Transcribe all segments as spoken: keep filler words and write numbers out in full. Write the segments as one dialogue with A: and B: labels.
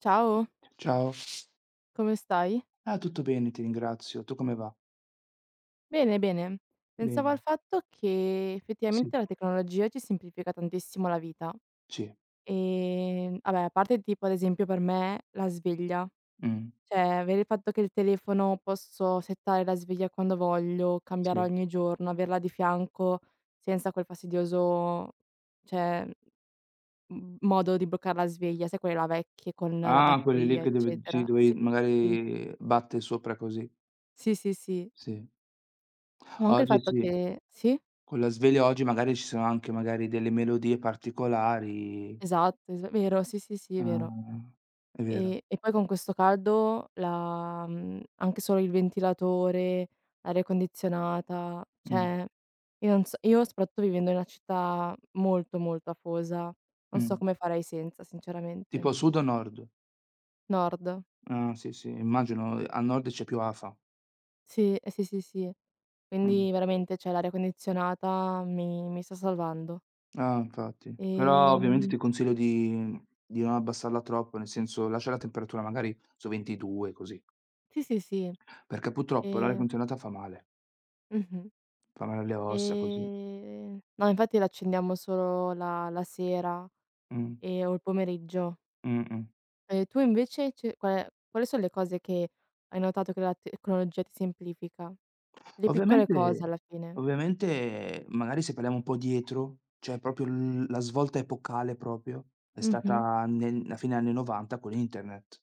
A: Ciao,
B: Ciao.
A: come stai?
B: Ah, tutto bene, ti ringrazio. Tu come va?
A: Bene, bene. Pensavo al
B: Bene,
A: fatto che
B: sì.
A: effettivamente la tecnologia ci semplifica tantissimo la vita.
B: Sì,
A: Ehm, vabbè, a parte tipo ad esempio per me la sveglia,
B: mh,
A: cioè avere il fatto che il telefono posso settare la sveglia quando voglio, cambiare
B: sì.
A: ogni giorno, averla di fianco senza quel fastidioso, cioè, m- modo di bloccare la sveglia, sai quelle là vecchie con la
B: Ah, quelli lì
A: batteria,
B: che dove sì,
A: eccetera.
B: dovevi
A: Sì, sì,
B: magari battere sopra così.
A: sì, sì, sì.
B: Sì.
A: O anche il
B: Oggi
A: fatto
B: sì,
A: che sì?
B: con la sveglia oggi magari ci sono anche magari delle melodie particolari.
A: Esatto, es vero, sì, sì, sì, vero.
B: Ah, è vero.
A: E e poi con questo caldo la mhmm, anche solo il ventilatore, l'aria condizionata,
B: Mh,
A: cioè io non so io soprattutto vivendo in una città molto, molto afosa, non
B: mh.
A: so come farei senza
B: Tipo
A: sinceramente.
B: sud o nord?
A: Nord.
B: Ah, sì, sì, immagino a nord c'è più afa.
A: Sì, eh sì, sì, sì.
B: Mh.
A: Quindi veramente, cioè l'aria condizionata mi mi sta salvando.
B: Ah, infatti. Però ovviamente
A: Ehm,
B: ti consiglio di di non abbassarla troppo, nel senso lascia la temperatura magari su ventidue così,
A: sì, sì, sì.
B: perché purtroppo l'aria
A: E
B: condizionata fa male,
A: Mh-mh.
B: fa male alle ossa così.
A: Ehm, no, infatti l'accendiamo solo la la sera,
B: Mh,
A: ehm, o il pomeriggio.
B: mh-mh.
A: E tu invece ce qual è quali son le cose che hai notato che la tecnologia ti semplifica? Le piccole cose
B: Ovviamente
A: alla fine.
B: ovviamente magari se parliamo un po' dietro, cioè proprio l la svolta epocale proprio è
A: Mh-mh.
B: stata nel a fine anni 'novanta con internet,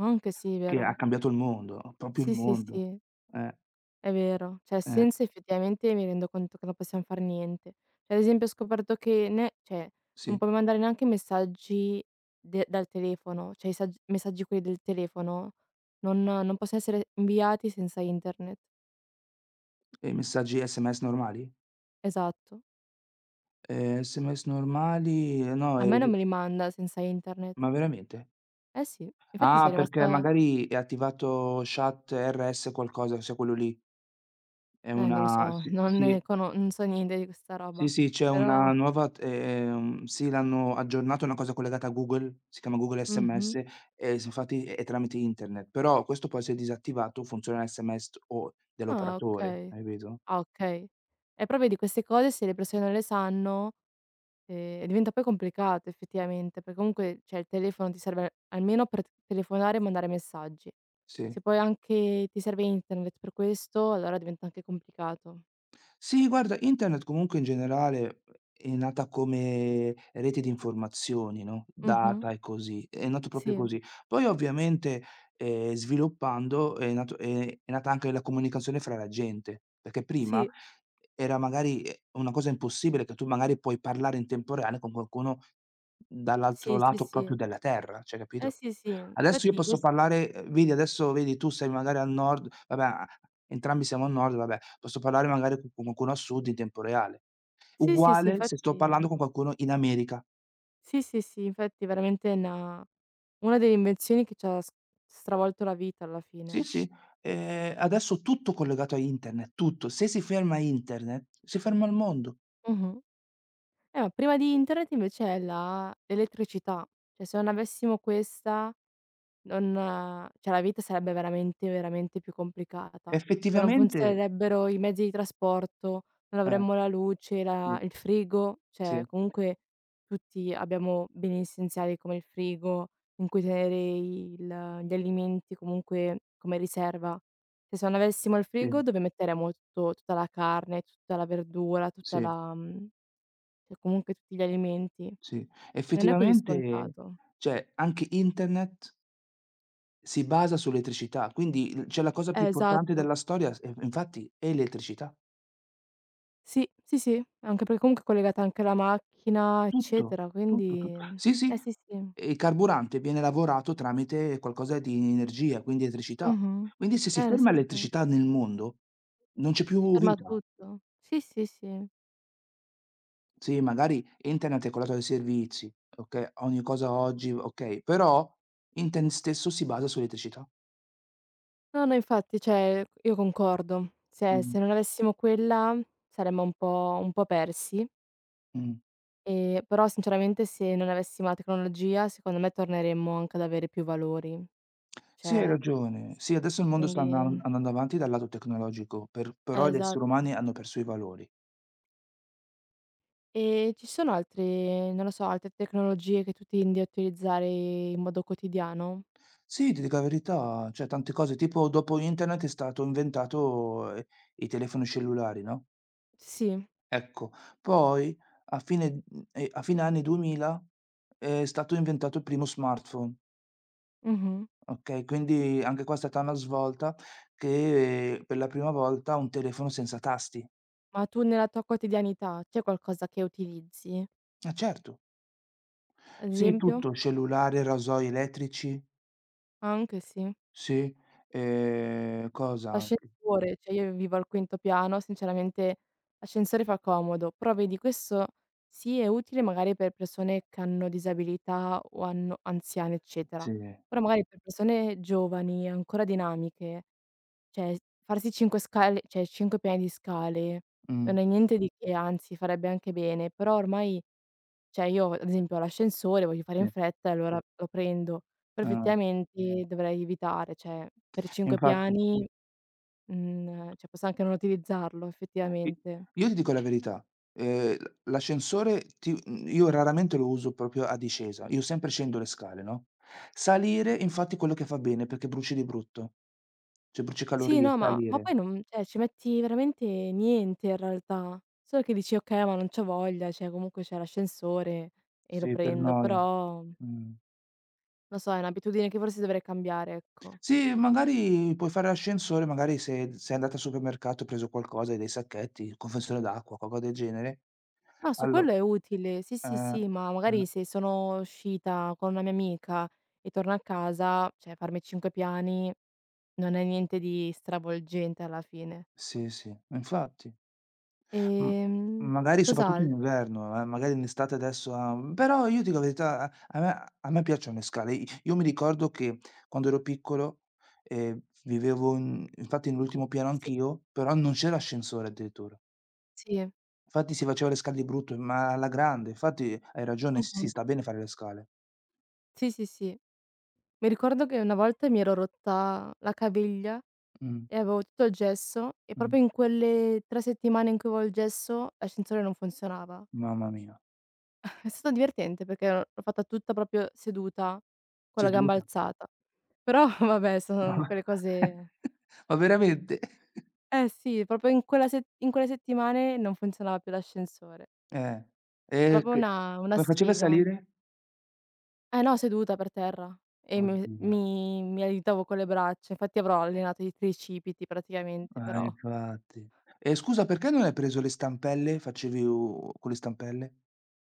A: Anche sì,
B: che ha
A: vero.
B: cambiato il mondo, proprio il
A: Sì, sì,
B: mondo.
A: sì.
B: Eh,
A: È vero, cioè
B: eh,
A: senza effettivamente mi rendo conto che non possiam far niente. Cioè, ad esempio ho scoperto che ne cioè non
B: sì.
A: puoi mandare neanche messaggi de dal telefono, cioè i sagg messaggi quelli del telefono non non possono essere inviati senza internet.
B: E i messaggi S M S normali?
A: Esatto.
B: Ehm, S M S normali no,
A: A me
B: ehm, di
A: non me li manda senza internet.
B: ma veramente?
A: Eh sì, infatti
B: Ah,
A: sono
B: perché
A: rimasta
B: magari è attivato chat R S qualcosa, cioè quello lì. È
A: eh, non lo
B: una
A: so,
B: Sì,
A: non
B: sì,
A: ne cono non so niente di questa
B: sì,
A: roba,
B: sì, c'è
A: però
B: una nuova t ehm, sì, l'hanno aggiornato, è una cosa collegata a Google, si chiama Google S M S,
A: mh-mh.
B: e s infatti è tramite internet, però questo poi se è disattivato funziona l'S M S o
A: Ah,
B: dell'operatore,
A: okay.
B: hai capito?
A: Ah, okay. E proprio di queste cose se le persone non le sanno. Ehm, e diventa poi complicato effettivamente, perché comunque, cioè, il telefono ti serve almeno per t telefonare e mandare messaggi.
B: Sì.
A: Se poi anche ti serve internet per questo, allora diventa anche complicato.
B: Sì, guarda, internet comunque in generale è nata come rete di informazioni, no,
A: Mh-mh.
B: data e così, è nato proprio
A: Sì.
B: così. Poi ovviamente, ehm, sviluppando è nato è è nata anche la comunicazione fra la gente, perché prima
A: Sì.
B: era magari, ehm, una cosa impossibile che tu magari puoi parlare in tempo reale con qualcuno dall'altro
A: Sì, sì,
B: lato proprio
A: sì.
B: della terra, cioè
A: Eh
B: capito?
A: sì, sì,
B: Adesso io
A: infatti
B: posso
A: quest
B: parlare ehm, vedi adesso vedi tu sei magari al nord, vabbè a entrambi siamo al nord, vabbè, posso parlare magari co con qualcuno a sud in tempo reale.
A: sì, sì, sì,
B: Uguale se sto
A: infatti
B: parlando con qualcuno in America.
A: sì, sì, sì, infatti veramente è una una delle invenzioni che c'ha s stravolto la vita alla
B: Sì,
A: fine.
B: sì, ehm, adesso tutto collegato a internet, tutto. Se si ferma internet, si ferma il mondo.
A: Mh-mh. Eh, ma prima di internet invece è la elettricità. Cioè, se non avessimo questa. Non, cioè la vita sarebbe veramente, veramente più complicata. Cioè non
B: Effettivamente,
A: funzionerebbero i mezzi di trasporto, non
B: eh,
A: avremmo la luce, la
B: sì,
A: il frigo, cioè
B: sì,
A: comunque tutti abbiamo beni essenziali come il frigo, in cui tenere il gli alimenti comunque come riserva. Cioè se non avessimo il
B: sì,
A: frigo dove metteremmo tutto tutta la carne, tutta la verdura, tutta
B: sì,
A: la mhmm, cioè comunque tutti gli alimenti.
B: sì.
A: Non è così
B: Effettivamente,
A: scontato.
B: cioè anche internet si basa sull'elettricità, quindi l c'è la cosa più
A: Eh,
B: importante
A: esatto.
B: della storia. S E infatti è l'elettricità.
A: Sì, sì, sì, anche perché comunque è collegata anche la macchina,
B: Tutto,
A: eccetera,
B: tutto,
A: quindi
B: tutto. Sì, sì,
A: eh sì, sì.
B: e il carburante viene lavorato tramite qualcosa di energia, quindi elettricità.
A: Mh-mh.
B: Quindi se si
A: Eh,
B: ferma
A: sì, sì.
B: l'elettricità nel mondo, non c'è
A: Si
B: più
A: ferma
B: vita.
A: tutto. Sì, sì, sì.
B: Sì, magari internet è colato dai servizi, okay, ogni cosa oggi, okay, però internet stesso si basa sull'elettricità.
A: No, no, infatti, cioè io concordo. Se
B: Mh-mh,
A: se non avessimo quella saremmo un po' un po' persi,
B: mh.
A: ehm, però sinceramente se non avessimo la tecnologia, secondo me torneremmo anche ad avere più valori.
B: Sì, hai
A: Cioè,
B: ragione. Sì, adesso il mondo sta andan
A: quindi
B: andando avanti dal lato tecnologico, per
A: eh,
B: però gli esseri
A: esatto.
B: umani hanno perso i valori.
A: E ci sono altre non lo so, altre tecnologie che tu tendi a utilizzare in modo quotidiano?
B: Sì, ti dico la verità, cioè tante cose, tipo dopo internet è stato inventato, ehm, i telefoni cellulari, no,
A: Sì,
B: ecco. Poi a fine mhmm, ehm, a fine anni duemila è stato inventato il primo smartphone,
A: mh-mh.
B: okay, quindi anche qua è stata una svolta che eh, per la prima volta un telefono senza tasti.
A: Ma tu nella tua quotidianità c'è qualcosa che utilizzi?
B: Eh certo.
A: Ad
B: Sì,
A: esempio?
B: tutto, cellulare, rasoi elettrici.
A: Anche sì.
B: Sì, ehm, cosa anche.
A: L'ascensore, cioè io vivo al quinto piano, sinceramente l'ascensore fa comodo, però vedi questo sì è utile magari per persone che hanno disabilità o hanno anziane eccetera,
B: Sì,
A: però magari per persone giovani, ancora dinamiche. Cioè, farsi cinque scale cioè cinque piani di scale
B: mh,
A: non è niente di che, anzi farebbe anche bene, però ormai cioè io ad esempio ho l'ascensore, voglio fare
B: sì,
A: in fretta e allora lo prendo, però
B: ah.
A: effettivamente dovrei evitare, cioè per cinque
B: Infatti,
A: piani, mhmm, cioè posso anche non utilizzarlo
B: i
A: effettivamente.
B: io ti dico la verità, ehm, l l'ascensore ti mhmm, io raramente lo uso proprio a discesa, io sempre scendo le scale, no, salire infatti è quello che fa bene, perché bruci di brutto. Cioè bruci
A: Sì,
B: calorie,
A: no, ma ma
B: salire.
A: poi non cioè ci metti veramente niente in realtà, solo che dici: "Okay, ma non c'ho voglia", cioè comunque c'è l'ascensore e lo
B: Sì, per
A: prendo,
B: noia.
A: però.
B: Mh.
A: Lo so, è un'abitudine che forse dovrei cambiare, ecco.
B: Sì, magari puoi fare l'ascensore, magari se sei andata al supermercato, hai preso qualcosa, hai dei sacchetti, confezione d'acqua, qualcosa del genere,
A: No, su
B: allo
A: quello è utile, sì,
B: eh,
A: sì, sì, ma
B: mh,
A: magari se sono uscita con una mia amica e torno a casa, cioè farmi cinque piani non è niente di stravolgente alla fine.
B: sì, sì, infatti. M
A: Ehm,
B: magari soprattutto in
A: cos'al
B: inverno, eh, magari in estate adesso ha però io dico la verità, a a me a me piacciono le scale. I io mi ricordo che quando ero piccolo, ehm, vivevo in infatti nell'ultimo piano
A: Sì,
B: anch'io, però non c'era ascensore addirittura.
A: sì.
B: Infatti si faceva le scale di brutto, ma alla grande. Infatti hai ragione, sì, sì,
A: Mh-mh.
B: sta bene fare le scale.
A: Sì, sì, sì. Mi ricordo che una volta mi ero rotta la caviglia
B: Mh,
A: e avevo tutto il gesso e
B: mh,
A: proprio in quelle tre settimane in cui avevo il gesso l'ascensore non funzionava.
B: mamma mia,
A: È stato divertente perché l'ho fatta tutta proprio seduta, con la gamba
B: seduta.
A: alzata. Però vabbè son quelle cose.
B: Ma veramente?
A: Eh sì, proprio in quella set in quelle settimane non funzionava più l'ascensore.
B: Eh. E
A: Proprio
B: che
A: una una
B: come faceva a
A: sfiga.
B: salire?
A: Eh no, seduta per terra e mi
B: Oddio.
A: mi mi aiutavo con le braccia, infatti avrò allenato i tricipiti praticamente,
B: Eh,
A: però
B: infatti. E scusa, perché non hai preso le stampelle? Facevi u con le stampelle?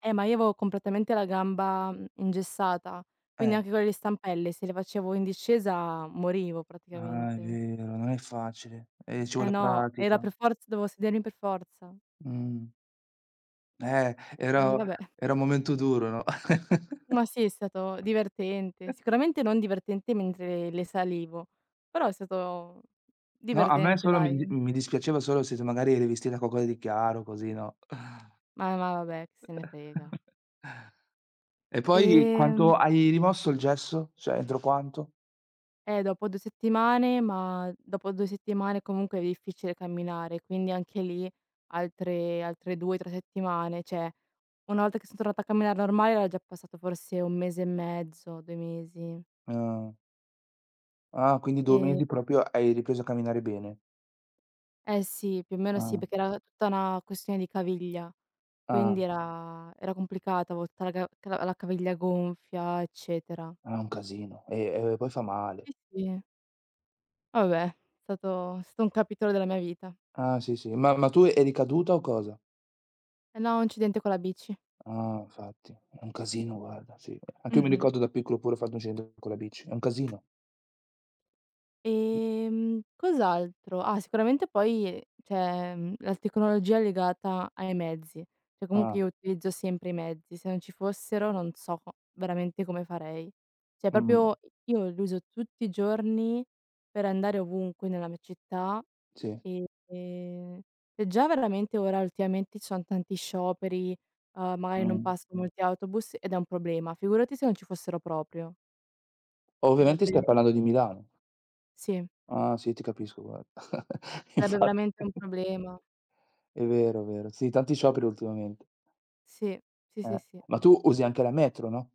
A: eh, ma io avevo completamente la gamba, mhmm, ingessata, quindi
B: Eh.
A: anche con le stampelle se le facevo in discesa morivo
B: Ah, è
A: praticamente.
B: vero, non è facile. Eh, ci
A: Eh
B: vuole
A: no, era
B: pratica.
A: per forza dovevo sedermi per forza.
B: Mh. Eh,
A: E
B: era
A: vabbè,
B: era un momento duro, no?
A: ma sì, è stato divertente. Sicuramente non divertente mentre le salivo, però è stato
B: No, a me
A: divertente
B: solo mi di
A: dai.
B: mi dispiaceva solo se magari eri vestita qualcosa di chiaro, così, no?
A: Ma ma vabbè, chi se ne frega.
B: E poi
A: Ehm,
B: quanto hai rimosso il gesso? Cioè, entro quanto?
A: eh, Dopo due settimane, ma dopo due settimane comunque è difficile camminare, quindi anche lì altre altre due, tre settimane, cioè una volta che son tornata a camminare normale era già passato forse un mese e mezzo, due mesi.
B: Ah. Ah, quindi due
A: E
B: mesi proprio hai ripreso a camminare bene.
A: Eh sì, più o meno sì,
B: Ah,
A: perché era tutta una questione di caviglia,
B: ah,
A: quindi era era complicata, avevo tutta la ca ca la caviglia gonfia, eccetera.
B: ah, è un casino. E e poi fa male.
A: Sì, sì. Vabbè, è stato è stato un capitolo della mia vita.
B: Ah, sì, sì. Ma ma tu eri caduta o cosa?
A: E no, incidente con la bici.
B: Ah, infatti. È un casino guarda, sì. Anch'io mi
A: Mh-mh.
B: ricordo da piccolo pure ho fatto un incidente con la bici. È un casino.
A: Ehm, cos'altro? Ah, sicuramente poi c'è, mhmm, la tecnologia legata ai mezzi. Cioè comunque
B: Ah,
A: io utilizzo sempre i mezzi, se non ci fossero non so co veramente come farei. Cioè
B: mh,
A: proprio io li uso tutti i giorni per andare ovunque nella mia città,
B: sì,
A: e ehm, e già veramente ora ultimamente ci son tanti scioperi, uhm, magari non
B: mh.
A: passano molti autobus ed è un problema, figurati se non ci fossero proprio.
B: Ovviamente
A: Sarebbe
B: stai parlando di Milano.
A: Sì.
B: Ah, sì, ti capisco guarda.
A: Sarebbe
B: Infatti.
A: veramente un problema.
B: È vero, è vero. Sì, tanti scioperi ultimamente.
A: Sì, sì, sì,
B: Eh.
A: sì.
B: Ma tu usi anche la metro, no?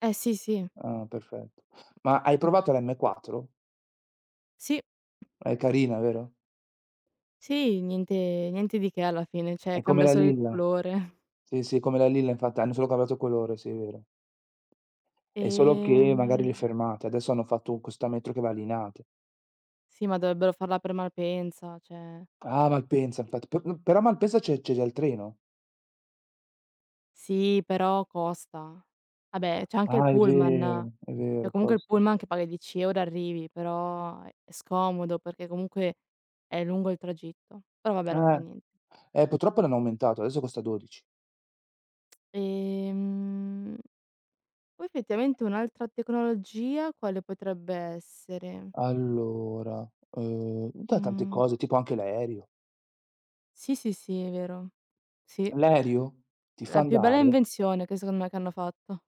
A: Eh sì, sì.
B: Ah, perfetto. Ma hai provato l'M quattro?
A: Sì,
B: È carina, vero?
A: sì, niente niente di che alla fine, cioè
B: È come
A: cambia
B: la
A: solo il
B: lilla.
A: colore.
B: Sì, sì, è come la lilla infatti, hanno solo cambiato colore, sì, è vero. È solo che magari le
A: Ehm,
B: fermate, adesso hanno fatto questo metro che va a Linate.
A: sì, ma dovrebbero farla per Malpensa, cioè
B: Ah, Malpensa infatti, pe mhmm, però a Malpensa c'è c'è già il treno?
A: sì, però costa. Vabbè, c'è anche il
B: Ah, è
A: pullman,
B: vero, è
A: che
B: vero,
A: comunque il
B: costa.
A: pullman che paghi dieci euro € arrivi, però è scomodo perché comunque è lungo il tragitto. Però vabbè, non fa
B: Eh,
A: niente.
B: eh, purtroppo l'hanno aumentato, adesso costa dodici.
A: Ehm Poi effettivamente un'altra tecnologia quale potrebbe essere?
B: Allora, uhm, da tante
A: Mhmm,
B: cose, tipo anche l'aereo.
A: sì, sì, sì, è vero. Sì,
B: L'aereo ti fa
A: la più bella
B: andare
A: invenzione che secondo me che hanno fatto.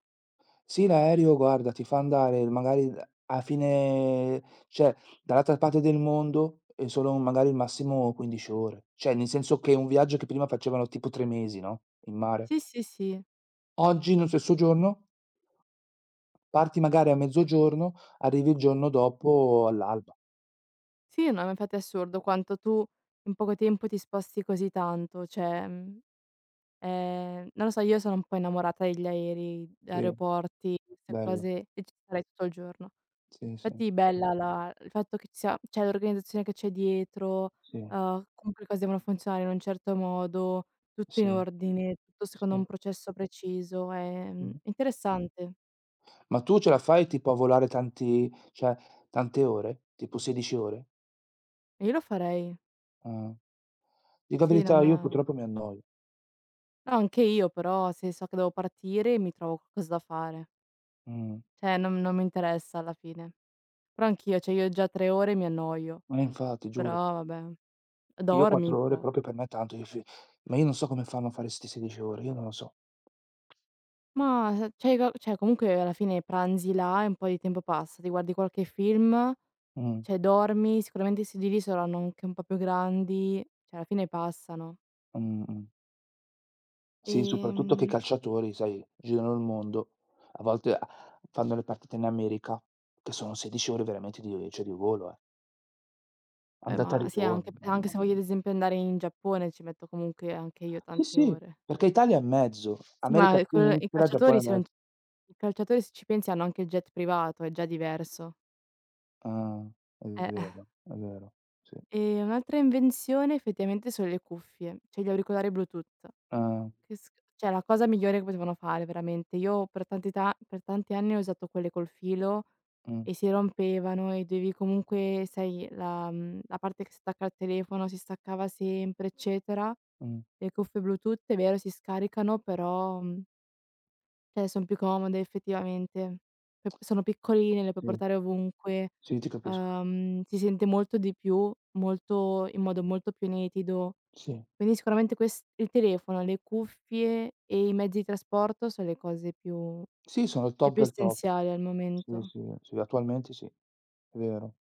B: Sì, l'aereo guarda, ti fa andare magari d a fine cioè dall'altra parte del mondo e solo magari il massimo quindici ore. Cioè, nel senso che un viaggio che prima facevano tipo tre mesi, no, in mare.
A: Sì, sì, sì.
B: Oggi nello stesso giorno parti magari a mezzogiorno, arrivi il giorno dopo all'alba.
A: Sì, no, ma infatti è assurdo quanto tu in poco tempo ti sposti così tanto, cioè, mhmm, ehm, non lo so, io sono un po' innamorata degli aerei,
B: Sì,
A: aeroporti, queste
B: bello.
A: cose e ci starei tutto il giorno.
B: Sì, sì,
A: Infatti bella la il fatto che ci sia cioè l'organizzazione che c'è dietro,
B: sì,
A: uhm, comunque le cose devono funzionare in un certo modo, tutto in
B: sì,
A: ordine, tutto
B: sì,
A: secondo un processo preciso,
B: sì.
A: ehm, interessante.
B: Ma tu ce la fai tipo a volare tanti cioè tante ore? Tipo sedici ore?
A: Io lo farei.
B: Ah. Dico la
A: Sì, non
B: verità, io
A: no,
B: purtroppo mi annoio.
A: anche io però se so che devo partire mi trovo qualcosa da fare.
B: Mh.
A: Cioè non non mi interessa alla fine. Però anch'io, cioè io già tre ore mi annoio,
B: Ma infatti, giuro.
A: però vabbè.
B: Io
A: Dormi un
B: quattro ore
A: po'.
B: proprio per me è tanto, io fi ma io non so come fanno a fare 'ste sedici ore, io non lo so.
A: Ma s cioè co cioè comunque alla fine pranzi là e un po' di tempo passa, ti guardi qualche film,
B: Mh,
A: cioè dormi, sicuramente questi di lì saranno anche un po' più grandi, cioè alla fine passano.
B: mh, mh. Sì, soprattutto che i
A: Ehm,
B: calciatori, sai, girano il mondo, a volte a fanno le partite in America, che sono sedici ore veramente di cioè di volo, eh.
A: Vabbè
B: Andata e
A: ma sì
B: ritorno,
A: anche anche
B: mamma
A: se voglio
B: mia.
A: ad esempio andare in Giappone ci metto comunque anche io
B: Sì,
A: tante
B: sì,
A: ore.
B: perché Italia è in mezzo,
A: Sì ma
B: America a
A: que i
B: sinistra, Giappone
A: calciatori
B: a
A: se non
B: des
A: c i calciatori se ci pensi hanno anche il jet privato, è già diverso.
B: ah, è
A: Eh.
B: vero, è vero, sì.
A: E un'altra invenzione effettivamente sono le cuffie, cioè gli auricolari Bluetooth.
B: Ah,
A: Che sc Cioè la cosa migliore che potevano fare veramente. Io per tanti ta per tanti anni ho usato quelle col filo
B: mh,
A: e si rompevano e dovevi comunque sai la mhmm, la parte che stacca il telefono si staccava sempre, eccetera.
B: mh,
A: Le cuffie Bluetooth è vero si scaricano, però, mhmm, cioè son più comode effettivamente. P Sono piccoline, le puoi
B: sì,
A: portare ovunque,
B: sì, ti capisco.
A: uhm, si sente molto di più, molto in modo molto più nitido.
B: Sì,
A: Quindi sicuramente ques il telefono, le cuffie e i mezzi di trasporto son le cose più
B: sì, sono il
A: le
B: top
A: più
B: del top.
A: essenziali al
B: Sì,
A: momento.
B: sì, sì, attualmente sì, è vero.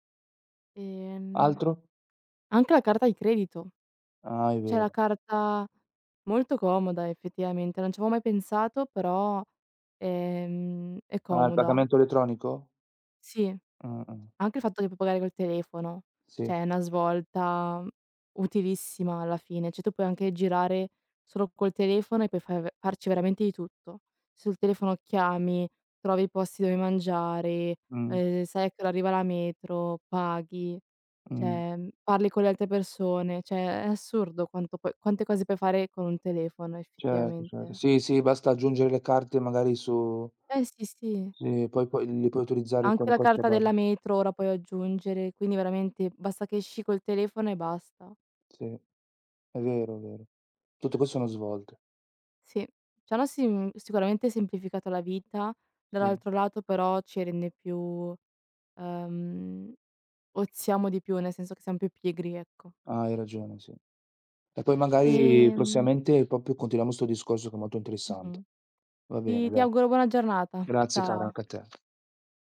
A: Ehm,
B: Altro?
A: Anche la carta di credito,
B: Ah, è
A: cioè la
B: vero.
A: carta molto comoda effettivamente, non ci avevo mai pensato però, ehm, è
B: Ah, il
A: comoda.
B: pagamento elettronico?
A: Sì.
B: Mh-mh.
A: Anche il fatto che puoi pagare col telefono,
B: Sì.
A: cioè è una svolta utilissima alla fine, cioè tu puoi anche girare solo col telefono e puoi fa farci veramente di tutto. Sul telefono chiami, trovi i posti dove mangiare,
B: Mh.
A: ehm, sai a che ora arriva la metro, paghi,
B: Mh.
A: cioè, mhmm, parli con le altre persone, cioè è assurdo quanto puoi quante cose puoi fare con un telefono
B: Certo, certo.
A: effettivamente.
B: Sì, sì, basta aggiungere le carte magari su
A: Eh sì, sì.
B: sì, poi poi li puoi utilizzare con
A: Anche
B: il
A: la
B: codice
A: carta
B: barra.
A: della metro ora puoi aggiungere, quindi veramente basta che esci col telefono e basta.
B: Sì, è vero, è vero. Tutte queste sono svolte,
A: Sì. Ci hanno sim sicuramente semplificato la vita,
B: sì.
A: dall'altro lato però ci rende più ehm, oziamo di più, nel senso che siamo più pigri, ecco.
B: Ah, hai ragione, sì. E poi magari
A: Ehm
B: prossimamente proprio continuiamo 'sto discorso che è molto
A: Mh-mh.
B: interessante. Va
A: Ti
B: bene,
A: ti
B: dai.
A: auguro buona giornata.
B: Grazie cara,
A: Ciao.
B: anche a te.